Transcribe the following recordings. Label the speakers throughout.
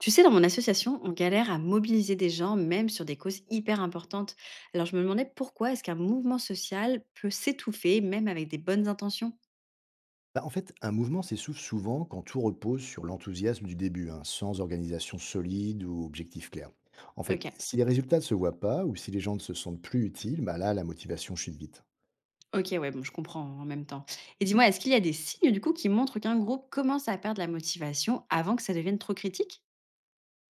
Speaker 1: Tu sais, dans mon association, on galère à mobiliser des gens, même sur des causes hyper importantes. Alors je me demandais pourquoi est-ce qu'un mouvement social peut s'étouffer, même avec des bonnes intentions.
Speaker 2: Bah, en fait, un mouvement s'essouffle souvent quand tout repose sur l'enthousiasme du début, hein, sans organisation solide ou objectif clair. En
Speaker 1: Ok,
Speaker 2: fait, si les résultats ne se voient pas ou si les gens ne se sentent plus utiles, bah là, la motivation chute vite.
Speaker 1: ok, ouais, bon, je comprends en même temps. Et dis-moi, est-ce qu'il y a des signes du coup qui montrent qu'un groupe commence à perdre la motivation avant que ça devienne trop critique?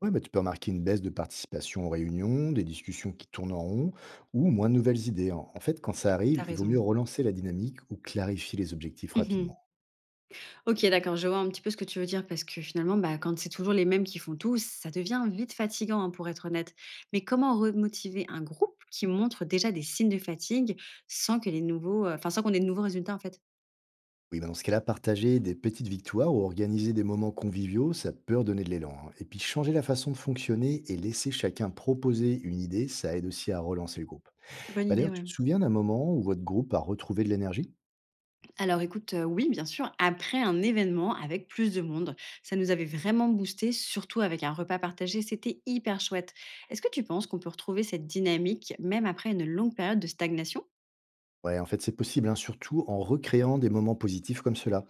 Speaker 2: Ouais, bah, tu peux remarquer une baisse de participation aux réunions, des discussions qui tournent en rond ou moins de nouvelles idées. En fait, quand ça
Speaker 1: T'as
Speaker 2: arrive, il vaut mieux
Speaker 1: raison.
Speaker 2: relancer la dynamique ou clarifier les objectifs rapidement.
Speaker 1: OK, d'accord, je vois un petit peu ce que tu veux dire parce que finalement, bah, quand c'est toujours les mêmes qui font tout, ça devient vite fatigant, hein, pour être honnête. Mais comment remotiver un groupe qui montre déjà des signes de fatigue sans que les nouveaux, enfin, sans qu'on ait de nouveaux résultats, en fait?
Speaker 2: Oui, bah dans ce cas-là, partager des petites victoires ou organiser des moments conviviaux, ça peut redonner de l'élan, hein. Et puis changer la façon de fonctionner et laisser chacun proposer une idée, ça aide aussi à relancer le groupe.
Speaker 1: Bonne
Speaker 2: Bah,
Speaker 1: idée,
Speaker 2: d'ailleurs, tu
Speaker 1: ouais.
Speaker 2: te souviens d'un moment où votre groupe a retrouvé de l'énergie?
Speaker 1: Alors écoute, oui, bien sûr, après un événement avec plus de monde, ça nous avait vraiment boosté, surtout avec un repas partagé, c'était hyper chouette. Est-ce que tu penses qu'on peut retrouver cette dynamique même après une longue période de stagnation?
Speaker 2: Ouais, en fait, c'est possible, hein, surtout en recréant des moments positifs comme cela.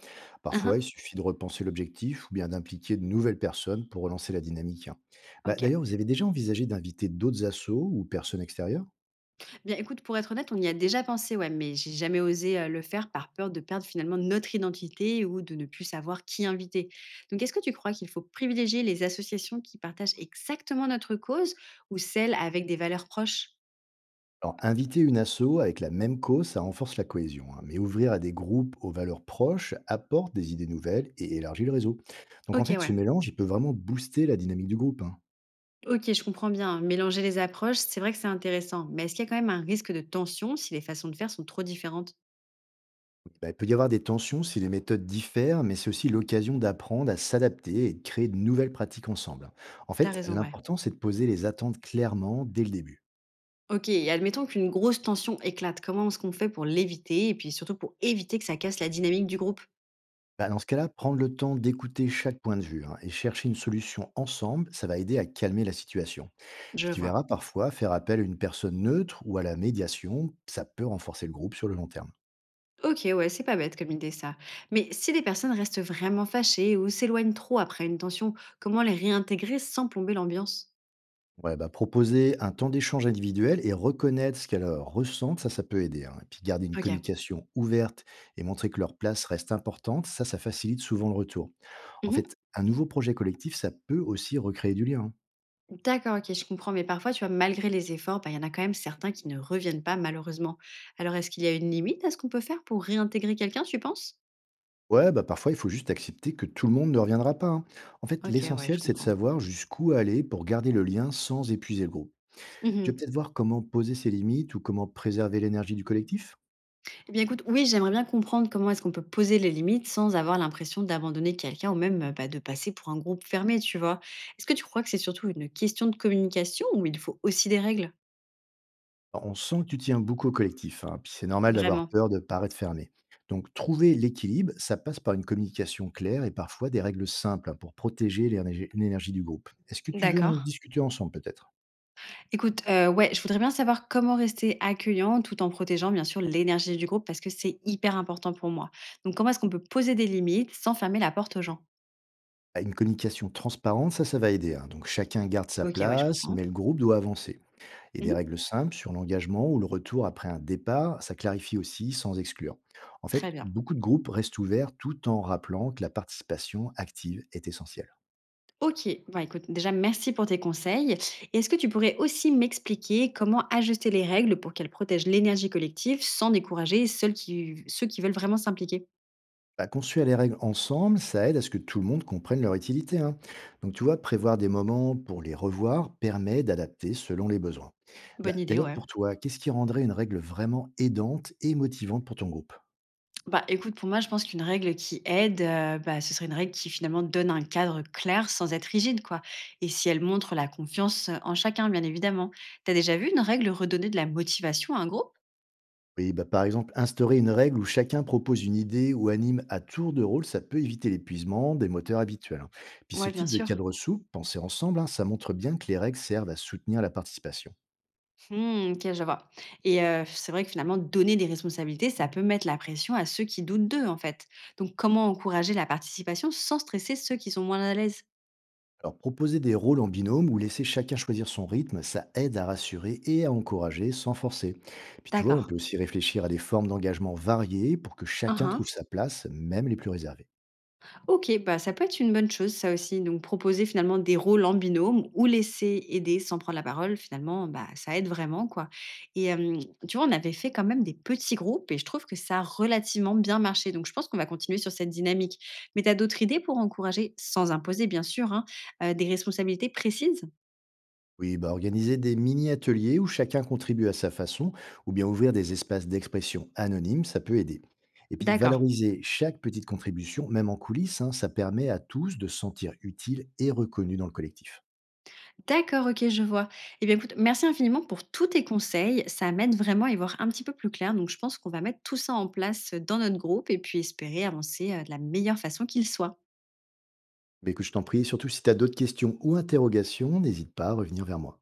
Speaker 1: Hein
Speaker 2: Parfois,
Speaker 1: hein.
Speaker 2: il suffit de repenser l'objectif ou bien d'impliquer de nouvelles personnes pour relancer la dynamique, hein. Bah,
Speaker 1: OK.
Speaker 2: d'ailleurs, vous avez déjà envisagé d'inviter d'autres assos ou personnes extérieures?
Speaker 1: Bien, écoute, pour être honnête, on y a déjà pensé, ouais, mais j'ai jamais osé le faire par peur de perdre finalement notre identité ou de ne plus savoir qui inviter. Donc, est-ce que tu crois qu'il faut privilégier les associations qui partagent exactement notre cause ou celles avec des valeurs proches?
Speaker 2: Alors, inviter une asso avec la même cause, ça renforce la cohésion, hein, mais ouvrir à des groupes aux valeurs proches apporte des idées nouvelles et élargit le réseau. Donc, en
Speaker 1: Ok,
Speaker 2: fait, ce
Speaker 1: ouais.
Speaker 2: mélange, il peut vraiment booster la dynamique du groupe, hein.
Speaker 1: Ok, je comprends bien, hein. Mélanger les approches, c'est vrai que c'est intéressant, mais est-ce qu'il y a quand même un risque de tension si les façons de faire sont trop différentes?
Speaker 2: Bah, il peut y avoir des tensions si les méthodes diffèrent, mais c'est aussi l'occasion d'apprendre à s'adapter et de créer de nouvelles pratiques ensemble. En
Speaker 1: T'as
Speaker 2: fait,
Speaker 1: raison, ouais.
Speaker 2: l'important, c'est de poser les attentes clairement dès le début.
Speaker 1: Ok, et admettons qu'une grosse tension éclate. Comment est-ce qu'on fait pour l'éviter et puis surtout pour éviter que ça casse la dynamique du groupe?
Speaker 2: Bah, dans ce cas-là, prendre le temps d'écouter chaque point de vue, hein, et chercher une solution ensemble, ça va aider à calmer la situation.
Speaker 1: Je
Speaker 2: Puis tu
Speaker 1: vois.
Speaker 2: verras, parfois, faire appel à une personne neutre ou à la médiation, ça peut renforcer le groupe sur le long terme.
Speaker 1: Ok, ouais, c'est pas bête comme idée ça. Mais si les personnes restent vraiment fâchées ou s'éloignent trop après une tension, comment les réintégrer sans plomber l'ambiance?
Speaker 2: Ouais, bah, proposer un temps d'échange individuel et reconnaître ce qu'elles ressentent, ça, ça peut aider, hein. Et puis garder une
Speaker 1: Ok.
Speaker 2: communication ouverte et montrer que leur place reste importante, ça facilite souvent le retour. En
Speaker 1: Mhm.
Speaker 2: fait, un nouveau projet collectif, ça peut aussi recréer du lien, hein.
Speaker 1: D'accord, ok, je comprends. Mais parfois, tu vois, malgré les efforts, bah, il y en a quand même certains qui ne reviennent pas malheureusement. Alors, est-ce qu'il y a une limite à ce qu'on peut faire pour réintégrer quelqu'un, tu penses?
Speaker 2: Ouais, bah parfois il faut juste accepter que tout le monde ne reviendra pas, hein. En fait,
Speaker 1: Ok, ouais, je
Speaker 2: l'essentiel, c'est de
Speaker 1: comprends.
Speaker 2: savoir jusqu'où aller pour garder le lien sans épuiser le groupe. Tu veux
Speaker 1: Mhm.
Speaker 2: peut-être voir comment poser ses limites ou comment préserver l'énergie du collectif?
Speaker 1: Eh bien, écoute, oui, j'aimerais bien comprendre comment est-ce qu'on peut poser les limites sans avoir l'impression d'abandonner quelqu'un ou même bah, de passer pour un groupe fermé, tu vois. Est-ce que tu crois que c'est surtout une question de communication ou il faut aussi des règles?
Speaker 2: On sent que tu tiens beaucoup au collectif, hein, puis c'est normal d'avoir
Speaker 1: Vraiment.
Speaker 2: peur de paraître fermé. Donc trouver l'équilibre, ça passe par une communication claire et parfois des règles simples, hein, pour protéger l'énergie du groupe. Est-ce que tu veux
Speaker 1: D'accord.
Speaker 2: en discuter ensemble peut-être?
Speaker 1: Écoute, ouais, je voudrais bien savoir comment rester accueillant tout en protégeant, bien sûr, l'énergie du groupe parce que c'est hyper important pour moi. Donc, comment est-ce qu'on peut poser des limites sans fermer la porte aux gens?
Speaker 2: Ah, une communication transparente, ça va aider, hein. Donc chacun garde sa
Speaker 1: Ok, ouais, je
Speaker 2: place, mais
Speaker 1: comprends.
Speaker 2: le groupe doit avancer. Et des
Speaker 1: Mhm.
Speaker 2: règles simples sur l'engagement ou le retour après un départ, ça clarifie aussi sans exclure. En fait,
Speaker 1: Très bien.
Speaker 2: beaucoup de groupes restent ouverts tout en rappelant que la participation active est essentielle.
Speaker 1: OK. Bah, écoute, déjà, merci pour tes conseils. Et est-ce que tu pourrais aussi m'expliquer comment ajuster les règles pour qu'elles protègent l'énergie collective sans décourager ceux qui veulent vraiment s'impliquer?
Speaker 2: Bah, construire les règles ensemble, ça aide à ce que tout le monde comprenne leur utilité, hein. Donc tu vois, prévoir des moments pour les revoir permet d'adapter selon les besoins. Bah,
Speaker 1: Bonne idée,
Speaker 2: d'ailleurs,
Speaker 1: ouais.
Speaker 2: pour toi, qu'est-ce qui rendrait une règle vraiment aidante et motivante pour ton groupe?
Speaker 1: Bah, écoute, pour moi, je pense qu'une règle qui aide, bah, ce serait une règle qui finalement donne un cadre clair sans être rigide, quoi. Et si elle montre la confiance en chacun, bien évidemment. T'as déjà vu une règle redonner de la motivation à un groupe?
Speaker 2: Oui, bah, par exemple, instaurer une règle où chacun propose une idée ou anime à tour de rôle, ça peut éviter l'épuisement des moteurs habituels, hein. Puis ce
Speaker 1: Ouais, bien
Speaker 2: type de
Speaker 1: sûr.
Speaker 2: cadre souple, penser ensemble, hein, ça montre bien que les règles servent à soutenir la participation.
Speaker 1: Mmh, OK, je vois et c'est vrai que finalement donner des responsabilités, ça peut mettre la pression à ceux qui doutent d'eux, en fait. Donc comment encourager la participation sans stresser ceux qui sont moins à l'aise?
Speaker 2: Alors proposer des rôles en binôme ou laisser chacun choisir son rythme, ça aide à rassurer et à encourager sans forcer. Puis tu vois,
Speaker 1: D'accord.
Speaker 2: on peut aussi réfléchir à des formes d'engagement variées pour que chacun
Speaker 1: Mmh.
Speaker 2: trouve sa place, même les plus réservés.
Speaker 1: OK, bah, ça peut être une bonne chose ça aussi. Donc proposer finalement des rôles en binôme ou laisser aider sans prendre la parole, finalement, bah, ça aide vraiment quoi. Et tu vois, on avait fait quand même des petits groupes et je trouve que ça a relativement bien marché. Donc je pense qu'on va continuer sur cette dynamique. Mais tu as d'autres idées pour encourager, sans imposer bien sûr, hein, des responsabilités précises?
Speaker 2: Oui, bah organiser des mini-ateliers où chacun contribue à sa façon, ou bien ouvrir des espaces d'expression anonymes, ça peut aider. Et puis
Speaker 1: D'accord.
Speaker 2: valoriser chaque petite contribution, même en coulisses, hein, ça permet à tous de se sentir utiles et reconnus dans le collectif.
Speaker 1: D'accord, OK, je vois. Eh bien, écoute, merci infiniment pour tous tes conseils. Ça m'aide vraiment à y voir un petit peu plus clair. Donc, je pense qu'on va mettre tout ça en place dans notre groupe et puis espérer avancer de la meilleure façon qu'il soit.
Speaker 2: Mais que je t'en prie, surtout si tu as d'autres questions ou interrogations, n'hésite pas à revenir vers moi.